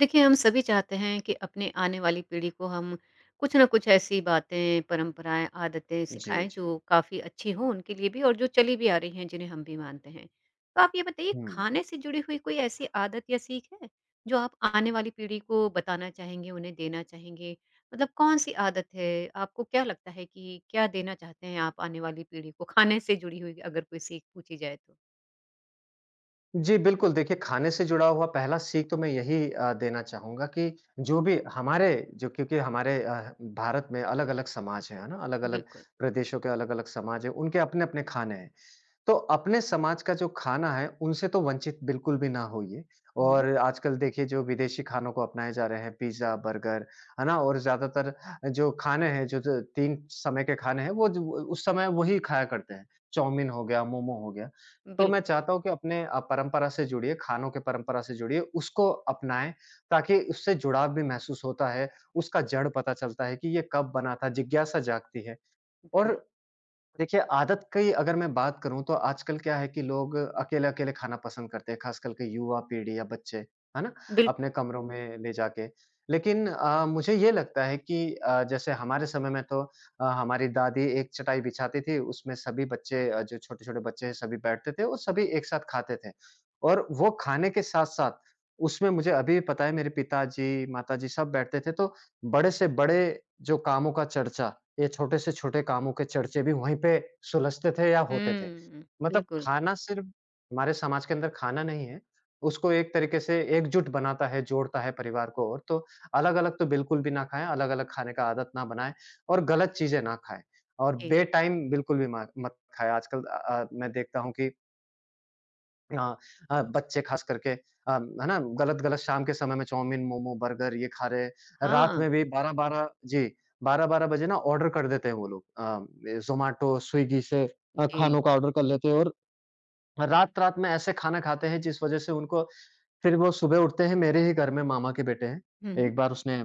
देखिए, हम सभी चाहते हैं कि अपने आने वाली पीढ़ी को हम कुछ ना कुछ ऐसी बातें, परंपराएँ, आदतें जी, सिखाएँ जी। जो काफ़ी अच्छी हों उनके लिए भी और जो चली भी आ रही हैं जिन्हें हम भी मानते हैं। तो आप ये बताइए हुँ। खाने से जुड़ी हुई कोई ऐसी आदत या सीख है जो आप आने वाली पीढ़ी को बताना चाहेंगे, उन्हें देना चाहेंगे? मतलब कौन-सी आदत है? आपको क्या लगता है कि क्या देना चाहते हैं आप आने वाली पीढ़ी को खाने से जुड़ी हुई अगर कोई सीख पूछी जाए तो? जी, बिल्कुल देखिए, खाने से जुड़ा हुआ पहला सीख तो मैं यही देना चाहूँगा कि जो भी हमारे जो क्योंकि हमारे भारत में अलग-अलग समाज हैं, है ना? अलग-अलग बिल्कुल। प्रदेशों के अलग-अलग समाज हैं, उनके अपने-अपने खाने हैं। तो अपने समाज का जो खाना है, उनसे तो वंचित बिल्कुल भी ना होइए। हुँ। और आजकल देखिए, जो विदेशी खानों को अपनाए जा रहे हैं, पिज़्ज़ा, बर्गर, है ना? और ज़्यादातर जो खाने हैं, जो जो 3 समय के खाने हैं, वो जो उस समय वही खाया करते हैं। चाउमीन हो गया, मोमो हो गया। तो मैं बिल्कुल, चाहता हूँ कि अपने परंपरा से जुड़िए, खानों के परंपरा से जुड़िए, उसको अपनाएँ, ताकि उससे जुड़ाव भी महसूस होता है, उसका जड़ पता चलता है कि ये कब बना था, जिज्ञासा जागती है। और जी। देखिए, आदत की अगर मैं बात करूँ तो आजकल क्या है कि लोग अकेले-अकेले खाना पसंद करते हैं, ख़ासकर के युवा पीढ़ी या बच्चे, है ना? बिल्कुल। अपने कमरों में ले जाके। लेकिन मुझे ये लगता है कि जैसे हमारे समय में तो हमारी दादी एक चटाई बिछाती थी, उसमें सभी बच्चे जो छोटे-छोटे बच्चे हैं सभी बैठते थे और सभी एक साथ खाते थे। और वो खाने के साथ-साथ उसमें मुझे अभी भी पता है, मेरे पिताजी, माताजी सब बैठते थे तो बड़े से बड़े जो कामों का चर्चा, ये छोटे से छोटे कामों के चर्चे भी वहीं पे सुलझते थे या होते थे। हुँ, मतलब बिल्कुल। खाना सिर्फ़ हमारे समाज के अंदर खाना नहीं है, उसको एक तरीके से एकजुट बनाता है, जोड़ता है परिवार को। और तो अलग-अलग तो बिल्कुल भी ना खाएँ, अलग-अलग खाने का आदत ना बनाएँ और गलत चीज़ें ना खाएँ और जी। बेटाइम बिल्कुल भी मा मत खाएँ। आजकल मैं देखता हूँ कि हाँ, बच्चे खास करके, है ना? गलत-गलत शाम के समय में चाउमीन, मोमो, बर्गर ये खा रहे हैं। हाँ, रात में भी 12-12, जी, 12-12 बजे ना ऑर्डर कर देते हैं वो लोग। ये ज़ोमैटो, स्विगी से जी। खानों का ऑर्डर कर लेते हैं और रात-रात में ऐसे खाना खाते हैं, जिस वज़ह से उनको फिर वो सुबह उठते हैं। मेरे ही घर में मामा के बेटे हैं। हुँ, हुँ। एक बार उसने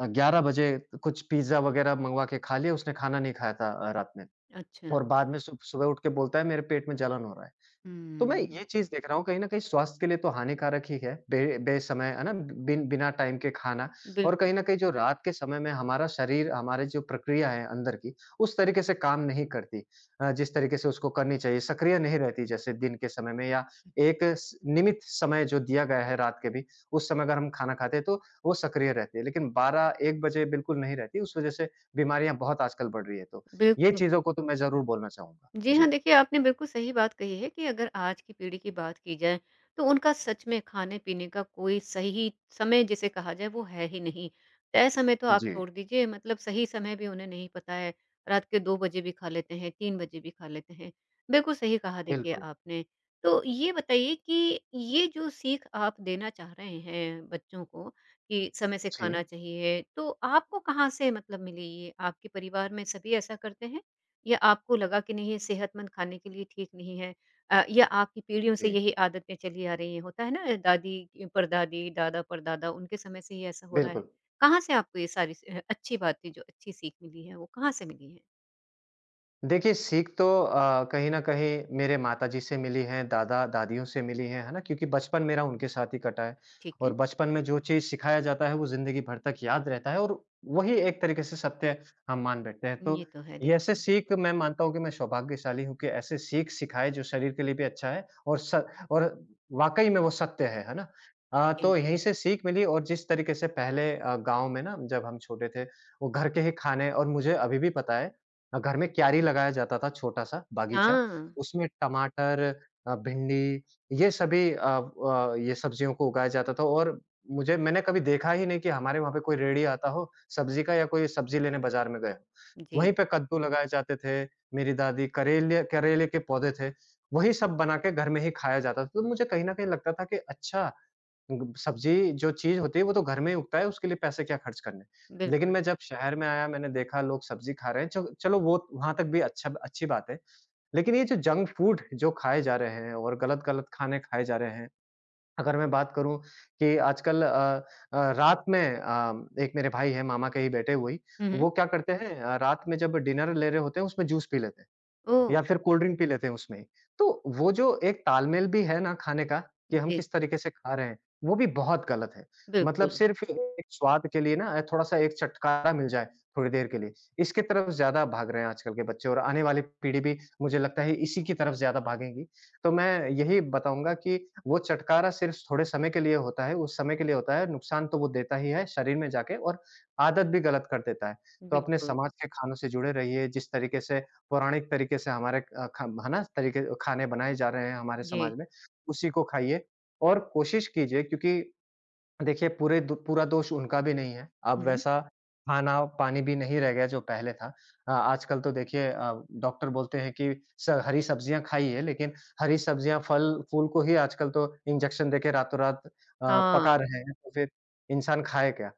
11 बजे कुछ पिज़्ज़ा वग़ैरह मँगवा के खा लिया, उसने खाना नहीं खाया था रात में। अच्छा। और बाद में सु सुबह उठ के बोलता है मेरे पेट में जलन हो रहा है। तो मैं हुँ। ये चीज़ देख रहा हूँ कहीं न कहीं स्वास्थ्य के लिए तो हानिकारक ही है, बे बेसमय, है ना? बिना टाइम के खाना। और बिल्कुल, कहीं न कहीं जो रात के समय में हमारा शरीर, हमारी जो प्रक्रिया है अंदर की, उस तरीके से काम नहीं करती जिस तरीके से उसको करनी चाहिए, सक्रिय नहीं रहती जैसे दिन के समय में, या एक स निमित समय जो दिया गया है रात के भी, उस समय अगर हम खाना खाते हैं तो वो सक्रिय रहती है। लेकिन 12-1 बजे बिल्कुल नहीं रहती, उस वज़ह से बीमारियाँ बहुत आजकल बढ़ रही है, तो ये बिल्कुल। चीज़ों को तो मैं ज़रूर बोलना चाहूँगा। जी हाँ, जी। देखिए आपने बिल्कुल सही बात कही है कि अगर आज की पीढ़ी की बात की जाए तो उनका सच में खाने-पीने का कोई सही समय जिसे कहा जाए वो है ही नहीं। तय समय तो आप जी, छोड़ दीजिए मतलब सही समय भी उन्हें नहीं पता है। रात के 2 बजे भी खा लेते हैं, 3 बजे भी खा लेते हैं। बिल्कुल सही कहा देखिए बिल्कुल। आपने। तो ये बताइए कि ये जो सीख आप देना चाह रहे हैं बच्चों को कि समय से जी। खाना चाहिए, तो आपको कहाँ से मतलब मिली ये? आपके परिवार में सभी ऐसा करते हैं? या आपको लगा कि नहीं ये सेहतमंद खाने के लिए ठीक नहीं है या आपकी पीढ़ियों जी, से यही आदतें चली आ रही हैं होता है ना परदादी दादा परदादा उनके समय से ही ऐसा हो रहा है बिल्कुल। कहाँ से आपको ये सारी अच्छी बातें जो अच्छी सीख मिली है वो कहाँ से मिली है। देखिए, सीख तो कहीं न कहीं मेरे माताजी से मिली है, दादा-दादियों से मिली है ना? क्योंकि बचपन मेरा उनके साथ ही कटा है ठीक और है। बचपन में जो चीज़ सिखाया जाता है वो ज़िंदगी भर तक याद रहता है और वही एक तरीके से सत्य हम मान बैठते हैं। ये तो तो है ये ऐसे देखिए। सीख मैं मानता हूँ कि मैं सौभाग्यशाली हूँ कि ऐसे सीख सिखाए जो शरीर के लिए भी अच्छा है, और वाक़ई में वो सत्य है ना? जी तो यहीं से सीख मिली। और जिस तरीके से पहले गाँव में ना जब हम छोटे थे, वो घर के ही खाने। और मुझे अभी भी पता है घर में क्यारी लगाया जाता था, छोटा-सा बागीचा, हाँ। उसमें टमाटर, भिंडी, ये सभी ये सब्जियों को उगाया जाता था। और मुझे मैंने कभी देखा ही नहीं कि हमारे वहाँ पे कोई रेडी आता हो सब्जी का, या कोई सब्जी लेने बाज़ार में गए हो। जी। वहीं पे कद्दू लगाए जाते थे, मेरी दादी करेले, करेले के पौधे थे, वही सब बना के घर में ही खाया जाता था। तो मुझे कहीं न कहीं लगता था कि अच्छा, ग सब्ज़ी जो चीज़ होती है वो तो घर में ही उगता है, उसके लिए पैसे क्या खर्च करने। लेकिन बिल्कुल। मैं जब शहर में आया मैंने देखा लोग सब्ज़ी खा रहे हैं, च चलो वो वहाँ तक भी अच्छी बात है। लेकिन ये जो जंक फूड जो खाए जा रहे हैं और गलत-गलत खाने खाए जा रहे हैं, अगर मैं बात करूँ कि आजकल रात में एक मेरे भाई हैं, मामा के ही बेटे वही, हम्म। वो क्या करते हैं रात में जब डिनर ले रहे होते हैं उसमें जूस पी लेते हैं। ओह। या फिर कोल्ड ड्रिंक पी लेते हैं उसमें ही। तो वो जो एक तालमेल भी है ना खाने का, कि हम जी। किस तरीके से खा रहे हैं, वो भी बहुत गलत है। मतलब बिल्कुल। सिर्फ़ एक स्वाद के लिए ना थोड़ा-सा एक चटकारा मिल जाए थोड़ी देर के लिए, इसकी तरफ ज़्यादा भाग रहे हैं आजकल के बच्चे और आने वाली पीढ़ी भी मुझे लगता है इसी की तरफ ज़्यादा भागेगी। तो मैं यही बताऊँगा कि वो चटकारा सिर्फ़ थोड़े समय के लिए होता है, उस समय के लिए होता है, नुकसान तो वो देता ही है शरीर में जाके, और आदत भी गलत कर देता है। तो अपने बिल्कुल। समाज के खानों से जुड़े रहिए, जिस तरीके से पौराणिक तरीके से हमारे अ, ख है ना, तरीके खाने बनाए जा रहे हैं हमारे जी। समाज में, उसी को खाइए और कोशिश कीजिए। क्योंकि देखिए पूरे दो पूरा दोष उनका भी नहीं है। अब हम्म। वैसा खाना-पानी भी नहीं रह गया जो पहले था। आजकल तो देखिए डॉक्टर बोलते हैं कि स हरी सब्जियाँ खाइए, लेकिन हरी सब्जियाँ, फल-फूल को ही आजकल तो इंजेक्शन देके रातों-रात हाँ। पका रहे हैं, तो फिर इंसान खाए क्या?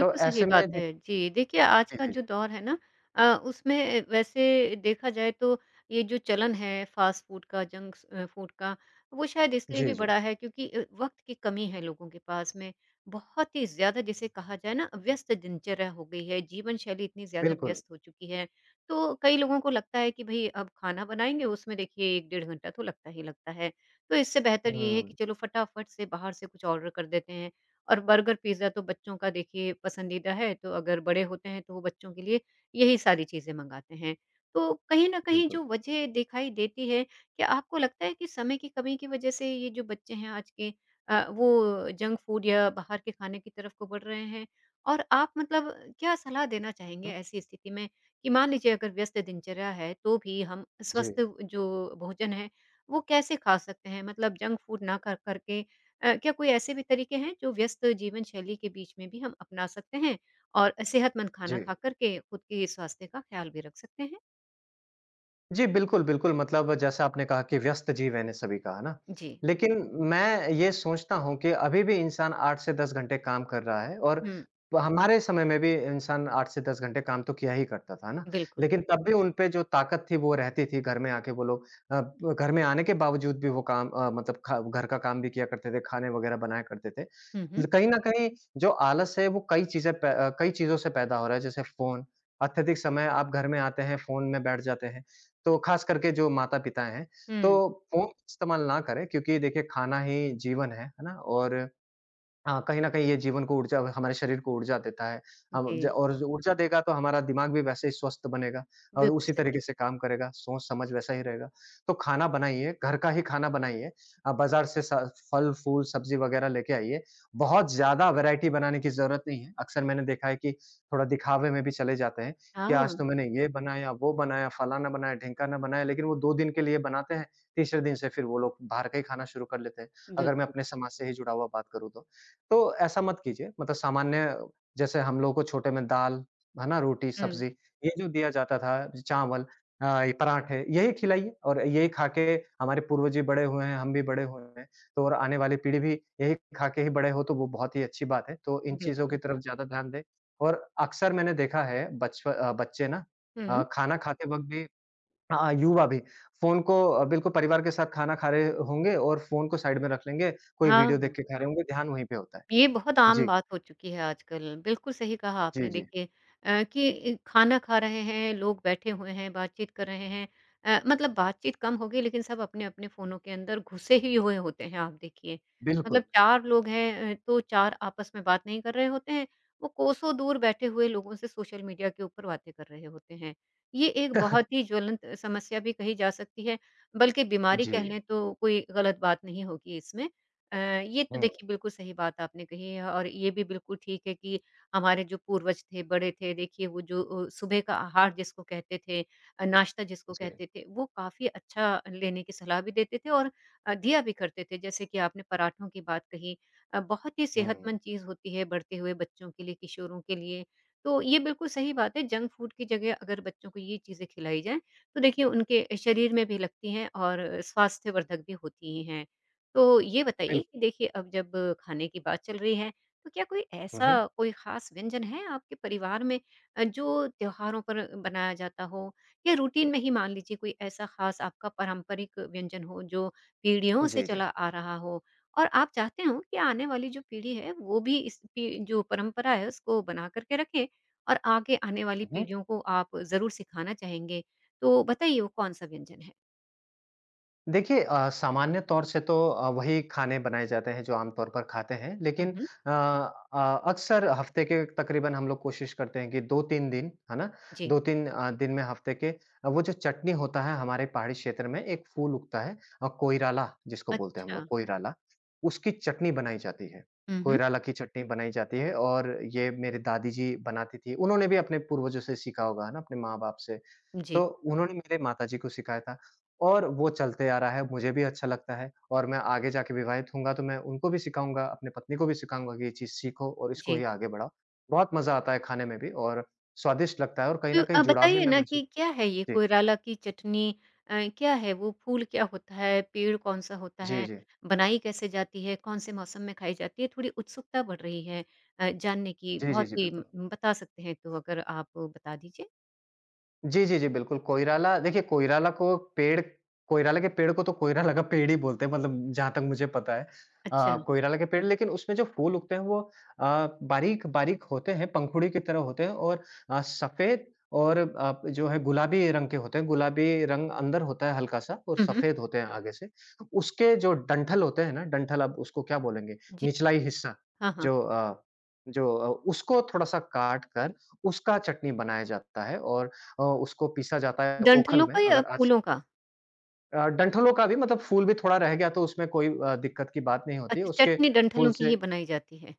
तो सही ऐसे बात में देख है। जी, देखिए आज जी, का जी। जो दौर है ना, अ, उसमें वैसे देखा जाए तो ये जो चलन है फ़ास्ट फ़ूड का, फ़ूड का, वो शायद इसलिए जी, भी जी। बढ़ा है क्योंकि वक़्त की कमी है लोगों के पास में। बहुत ही ज़्यादा जिसे कहा जाए ना व्यस्त दिनचर्या हो गई है, जीवन शैली इतनी ज़्यादा बिल्कुल। व्यस्त हो चुकी है। तो कई लोगों को लगता है कि भई अब खाना बनाएँगे उसमें देखिए 1 डेढ़ घंटा तो लगता ही लगता है। तो इससे बेहतर ये है कि हुँ, चलो फटाफट से बाहर से कुछ ऑर्डर कर देते हैं। और बर्गर पिज़्ज़ा तो बच्चों का देखिए पसंदीदा है, तो अगर बड़े होते हैं तो वो बच्चों के लिए यही सारी चीज़ें मँगाते हैं। तो कहीं न कहीं बिल्कुल। जो वजह दिखाई देती है, क्या आपको लगता है कि समय की कमी की वजह से ये जो बच्चे हैं आज के, वो जंक फ़ूड या बाहर के खाने की तरफ को बढ़ रहे हैं? और आप मतलब क्या सलाह देना चाहेंगे हुँ। ऐसी स्थिति में कि मान लीजिए अगर व्यस्त दिनचर्या है, तो भी हम जी, स्वस्थ जो भोजन है, वो कैसे खा सकते हैं? मतलब जंक फ़ूड ना खा करके, क्या कोई ऐसे भी तरीके हैं जो व्यस्त जीवन शैली के बीच में भी हम अपना सकते हैं और सेहतमंद खाना जी। खा करके खुद के स्वास्थ्य का ख्याल भी रख सकते हैं? जी, बिल्कुल, बिल्कुल। मतलब जैसा आपने कहा कि व्यस्त जीवन है सभी का, है ना? जी। लेकिन मैं ये सोचता हूँ कि अभी भी इंसान 8 से 10 घंटे काम कर रहा है और हुँ, प हमारे समय में भी इंसान 8 से 10 घंटे काम तो किया ही करता था, है ना? बिल्कुल। लेकिन तब भी उन पे जो ताकत थी वो रहती थी, घर में आके वो लोग अ, ब घर में आने के बावजूद भी वो काम मतलब खा घर का काम भी किया करते थे, खाने वगैरह बनाया करते थे। हुँ, हुँ। ल कहीं न कहीं जो आलस है वो कई चीज़ें पै अ, कई चीज़ों से पैदा हो रहा है, जैसे फ़ोन, अत्यधिक समय आप घर में आते हैं, फ़ोन में बैठ जाते हैं। तो खास करके जो माता-पिता हैं, हुँ, तो फ़ोन इस्तेमाल ना करें क्योंकि देखिए खाना ही जीवन है ना? और हाँ, कहीं न कहीं ये जीवन को ऊर्जा, हमारे शरीर को ऊर्जा देता है। हम ज जी, और जो ऊर्जा देगा तो हमारा दिमाग भी वैसे ही स्वस्थ बनेगा और बिल्कुल उसी सही। तरीके से काम करेगा, सोच-समझ वैसा ही रहेगा। तो खाना बनाइए, घर का ही खाना बनाइए। आप बाज़ार से स फल-फूल, सब्ज़ी वग़ैरह लेके आइए। बहुत ज़्यादा वैरायटी बनाने की ज़रूरत नहीं है। अक्सर मैंने देखा है कि थोड़ा दिखावे में भी चले जाते हैं कि हाँ, आज तो मैंने ये बनाया, वो बनाया, फलाना बनाया, ढिमकाना बनाया, लेकिन वो 2 दिन के लिए बनाते हैं, तीसरे दिन से फिर वो लोग बाहर का ही खाना शुरू कर लेते हैं। अगर मैं बिल्कुल। अपने समाज से ही जुड़ा हुआ बात करूँ तो। तो ऐसा मत कीजिए। मतलब सामान्य जैसे हम लोगों को छोटे में दाल, है ना, रोटी, हुँ, सब्ज़ी ये जो दिया जाता था, चावल, ये पराठे यही खिलाइए और यही खा के हमारे पूर्वज भी बड़े हुए हैं, हम भी बड़े हुए हैं, तो और आने वाली पीढ़ी भी यही खा के ही बड़े हो तो वो बहुत ही अच्छी बात है। तो इन चीज़ों की बिल्कुल। तरफ ज़्यादा ध्यान दें। और अक्सर मैंने देखा है बच्चे ना, हुँ, खाना खाते वक़्त भी, हाँ, युवा भी फ़ोन को, बिल्कुल परिवार के साथ खाना खा रहे होंगे और फ़ोन को साइड में रख लेंगे, कोई वीडियो हाँ। देख के खा रहे होंगे, ध्यान वहीं पे होता है। ये बहुत आम जी, बात हो चुकी है आजकल, बिल्कुल सही कहा जी, आपने जी, देखिए कि इ खाना खा रहे हैं, लोग बैठे हुए हैं, बातचीत कर रहे हैं, मतलब बातचीत कम होगी लेकिन सब अपने-अपने फ़ोनों के अंदर घुसे ही हुए होते हैं आप देखिए। मतलब बिल्कुल। 4 लोग हैं तो 4 आपस में बात नहीं कर रहे होते हैं, वो कोसों दूर बैठे हुए लोगों से सोशल मीडिया के ऊपर बातें कर रहे होते हैं। ये एक बहुत ही ज्वलंत समस्या भी कही जा सकती है, बल्कि बीमारी कह जी, लें तो कोई गलत बात नहीं होगी इसमें। अ, ये तो हुँ, देखिए बिल्कुल सही बात आपने कही है और ये भी बिल्कुल ठीक है कि हमारे जो पूर्वज थे, बड़े थे, देखिए वो जो सुबह का आहार जिसको कहते थे, नाश्ता जिसको जी, कहते थे, वो काफ़ी अच्छा लेने की सलाह भी देते थे और दिया भी करते थे। जैसे कि आपने पराठों की बात कही, बहुत ही हुँ, सेहतमंद चीज़ होती है बढ़ते हुए बच्चों के लिए, किशोरों के लिए। तो ये बिल्कुल सही बात है, जंक फूड की जगह अगर बच्चों को ये चीज़ें खिलाई जाएँ, तो देखिए उनके शरीर में भी लगती हैं और स्वास्थ्यवर्धक भी होती ही हैं। तो ये बताइए बिल्कुल। कि देखिए अब जब खाने की बात चल रही है, तो क्या कोई हुँ, ऐसा हुँ, कोई ख़ास व्यंजन है आपके परिवार में, जो त्योहारों पर बनाया जाता हो? या रूटीन में ही मान लीजिए कोई ऐसा ख़ास आपका पारंपरिक व्यंजन हो जो पीढ़ियों से जी, जी, चला आ रहा हो? और आप चाहते हो कि आने वाली जो पीढ़ी है वो भी इस पी जो परंपरा है उसको बना कर के रखे और आगे आने वाली हुँ। पीढ़ियों को आप ज़रूर सिखाना चाहेंगे। तो बताइए वो कौन-सा व्यंजन है? देखिए सामान्य तौर से तो वही खाने बनाए जाते हैं जो आम तौर पर खाते हैं। हुँ, लेकिन हुँ। अ अ, अक्सर हफ़्ते के तकरीबन हम लोग कोशिश करते हैं कि 2-3 दिन, है ना? जी। 2-3 दिन में हफ़्ते के वो जो चटनी होता है हमारे पहाड़ी क्षेत्र में एक फूल उगता है, कोइराला जिसको बोलते हैं हम अच्छा। लोग कोइराला, उसकी चटनी बनाई जाती है। हुँ, हुँ। कोइराला की चटनी बनाई जाती है और ये मेरे दादी जी बनाती थी। उन्होंने भी अपने पूर्वजों से सीखा होगा, है ना? अपने माँ-बाप से, तो जी। उन्होंने मेरे माताजी को सिखाया था और वो चलते आ रहा है, मुझे भी अच्छा लगता है और मैं आगे जाके विवाहित होऊँगा तो मैं उनको भी सिखाऊँगा, अपनी पत्नी को भी सिखाऊँगा कि ये चीज़ सीखो और इसको जी। ही आगे बढ़ाओ। बहुत मज़ा आता है खाने में भी और स्वादिष्ट लगता है और कहीं तो न कहीं जुड़ाव भी बताइए मैं ना कि महसूस। क्या है ये जी। कोयराला की चटनी, क्या है वो? फूल क्या होता है? पेड़ कौन-सा होता जी, है? जी। बनाई कैसे जाती है? कौन-से मौसम में खाई जाती है? थोड़ी उत्सुकता बढ़ रही है जानने की। जी, जी, जी, बिल्कुल। बता सकते हैं तो अगर आप बता दीजिए। जी, जी, जी, बिल्कुल, कोइराला देखिए कोइराला को पेड़, कोइराला के पेड़ को तो कोइराला का पेड़ ही बोलते हैं मतलब जहाँ तक मुझे पता है। अच्छा। कोइराला के पेड़ लेकिन उसमें जो फूल उगते हैं वो अ, बारीक-बारीक होते हैं, पंखुड़ी की तरह होते हैं और सफ़ेद और जो है गुलाबी रंग के होते हैं। गुलाबी रंग अंदर होता है हल्का-सा और हुँ, हुँ। सफ़ेद होते हैं आगे से। उसके जो डंठल होते हैं ना, डंठल अब उसको क्या बोलेंगे, जी। निचला ही हिस्सा हाँ, हाँ। जो जो अ, उसको थोड़ा-सा काट कर उसका चटनी बनाया जाता है और उसको पीसा जाता है ओखल डंठलों में। का या अगर आज फूलों का? डंठलों का भी, मतलब फूल भी थोड़ा रह गया तो उसमें कोई दिक्कत की बात नहीं होती है, अच्छा, उसके चटनी फूल डंठलों की ही से। बनाई जाती है।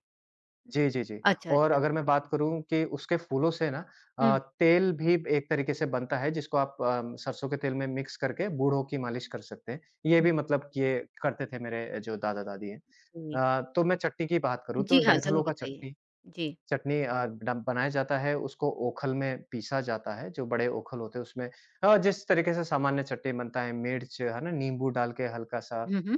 जी, जी, जी। अच्छा, और अच्छा। अगर मैं बात करूँ कि उसके फूलों से ना हुँ, तेल भी एक तरीके से बनता है जिसको आप सरसों के तेल में मिक्स करके बूढ़ों की मालिश कर सकते हैं। ये भी हुँ। मतलब किए करते थे मेरे जो दादा-दादी हैं। जी। तो मैं चटनी की बात करूँ तो जी हाँ, ज़रूर डंठलों का बताइए। चटनी, जी। चटनी अ, डम बनाया जाता है, उसको ओखल में पीसा जाता है, जो बड़े ओखल होते हैं उसमें जिस तरीके से सामान्य चटनी बनता है मिर्च, है ना, नींबू डाल के हल्का-सा। हुँ, हुँ।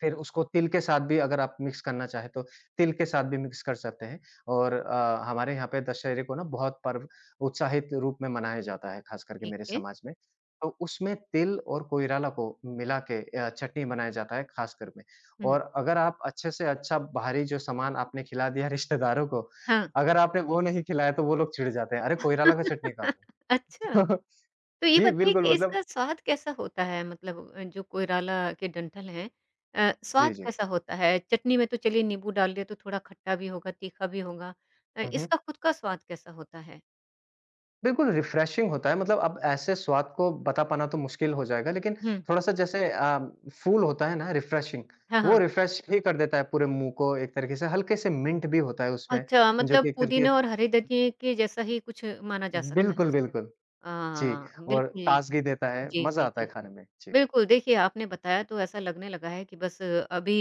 फिर उसको तिल के साथ भी अगर आप मिक्स करना चाहें तो तिल के साथ भी मिक्स कर सकते हैं। और हमारे यहाँ पे दशहरे को ना बहुत पर्व उत्साहित रूप में मनाया जाता है, ख़ास करके ठीक मेरे है। समाज में। तो उसमें तिल और कोइराला को मिला के चटनी बनाया जाता है ख़ासकर में। हुँ। और अगर आप अच्छे से अच्छा बाहरी जो सामान आपने खिला दिया रिश्तेदारों को, हाँ। अगर आपने वो नहीं खिलाया तो वो लोग चिढ़ जाते हैं, "अरे! कोइराला का चटनी कहाँ पे?" अच्छा, तो ये जी, बताइए बिल्कुल कि मतलब। इसका स्वाद कैसा होता है? मतलब जो कोइराला के डंठल हैं, जी, स्वाद जी। कैसा होता है? चटनी में तो चलिए नींबू डाल दिया तो थोड़ा खट्टा भी होगा, तीखा भी होगा। हुँ, हुँ। इसका खुद का स्वाद कैसा होता है? बिल्कुल रिफ्रेशिंग होता है। मतलब अब ऐसे स्वाद को बता पाना तो मुश्किल हो जाएगा लेकिन हुँ। थोड़ा-सा, जैसे फूल होता है ना रिफ्रेशिंग, हाँ, वो हाँ। रिफ्रेश ही कर देता है पूरे मुँह को एक तरीके से, हल्के से मिंट भी होता है उसमें, अच्छा, जो मतलब कि एक तरीके। पुदीने और हरी धनिये के जैसा ही कुछ माना जा सकता है बिल्कुल, उसे। बिल्कुल। जी, और बिल्कुल। ताज़गी देता है, जी, मज़ा जी, आता है जी। खाने में। जी। बिल्कुल, देखिए आपने बताया तो ऐसा लगने लगा है कि बस अभी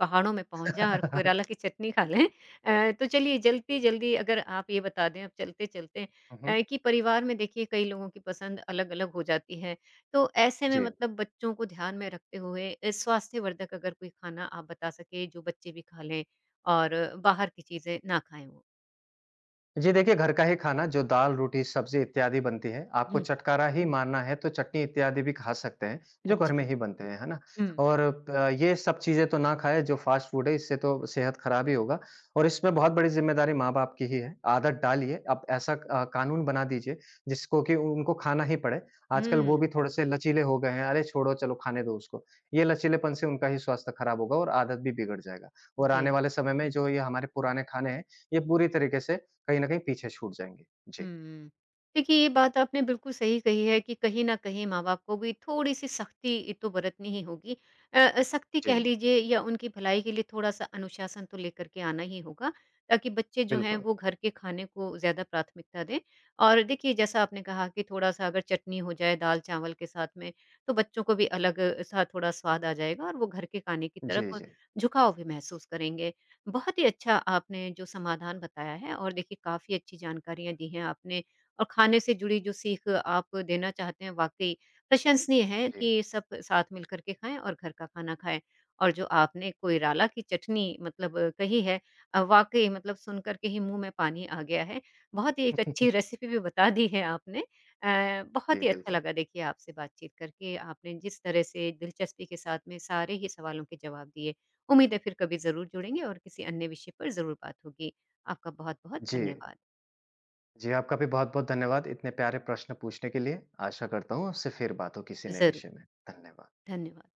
पहाड़ों में पहुँच जाएँ और कोइराला की चटनी खा लें। तो चलिए जल्दी-जल्दी अगर आप ये बता दें अब चलते-चलते, हुँ, हुँ। कि परिवार में देखिए कई लोगों की पसंद अलग-अलग हो जाती है। तो ऐसे में जी। मतलब बच्चों को ध्यान में रखते हुए, स्वास्थ्यवर्धक अगर कोई खाना आप बता सकें जो बच्चे भी खा लें और बाहर की चीज़ें ना खाएँ वो? जी, देखिए, घर का ही खाना जो दाल, रोटी, सब्ज़ी इत्यादि बनती है, आपको हुँ, चटकारा ही मानना है तो चटनी इत्यादि भी खा सकते हैं, जो घर अच्छा। में ही बनते हैं, है ना? हुँ। और ये सब चीज़ें तो ना खाएँ जो फ़ास्ट फ़ूड है, इससे तो सेहत खराब ही होगा और इसमें बहुत बड़ी ज़िम्मेदारी माँ-बाप की ही है। आदत डालिए, आप ऐसा कानून बना दीजिए जिसको कि उनको खाना ही पड़े। आजकल वो हुँ, भी थोड़े से लचीले हो गए हैं, अरे छोड़ो चलो खाने दो उसको। ये लचीलेपन से उनका ही स्वास्थ्य खराब होगा और आदत भी बिगड़ जाएगा और आने जी। वाले समय में जो ये हमारे पुराने खाने हैं, ये पूरी तरीके से कहीं न कहीं पीछे छूट जाएँगे। जी, हुँ। देखिए, ये बात आपने बिल्कुल सही कही है कि कहीं न कहीं माँ-बाप को भी थोड़ी-सी सख्ती तो बरतनी ही होगी। सख्ती कह जी, लीजिए या उनकी भलाई के लिए थोड़ा-सा अनुशासन तो लेकर के आना ही होगा, ताकि बच्चे जो हैं बिल्कुल। वो घर के खाने को ज़्यादा प्राथमिकता दें। और देखिए, जैसा आपने कहा कि थोड़ा-सा अगर चटनी हो जाए दाल-चावल के साथ में, तो बच्चों को भी अलग सा थोड़ा स्वाद आ जाएगा और वो घर के खाने की जी, तरफ जी, झुकाव भी महसूस करेंगे। बहुत ही अच्छा आपने जो समाधान बताया है और देखिए काफ़ी अच्छी जानकारियाँ दी हैं आपने और खाने से जुड़ी जो सीख आप देना चाहते हैं वाकई प्रशंसनीय है जी। कि सब साथ मिल कर के खाएं और घर का खाना खाएं और जो आपने कोयराला की चटनी मतलब कही है, वाकई मतलब सुन कर के ही मुंह में पानी आ गया है बहुत ही एक अच्छी रेसिपी भी बता दी है आपने, बहुत जी, ही अच्छा बिल्कुल। लगा देखिए आपसे बातचीत करके आपने जिस तरह से दिलचस्पी के साथ में सारे ही सवालों के जवाब दिए उम्मीद है फिर कभी ज़रूर जुड़ेंगे और किसी अन्य विषय पर ज़रूर बात होगी। आपका बहुत-बहुत जी, धन्यवाद। जी, आपका भी बहुत-बहुत धन्यवाद इतने प्यारे प्रश्न पूछने के लिए। आशा करता हूँ आपसे फिर बात हो किसी नए ज़रूर, विषय में। धन्यवाद। धन्यवाद।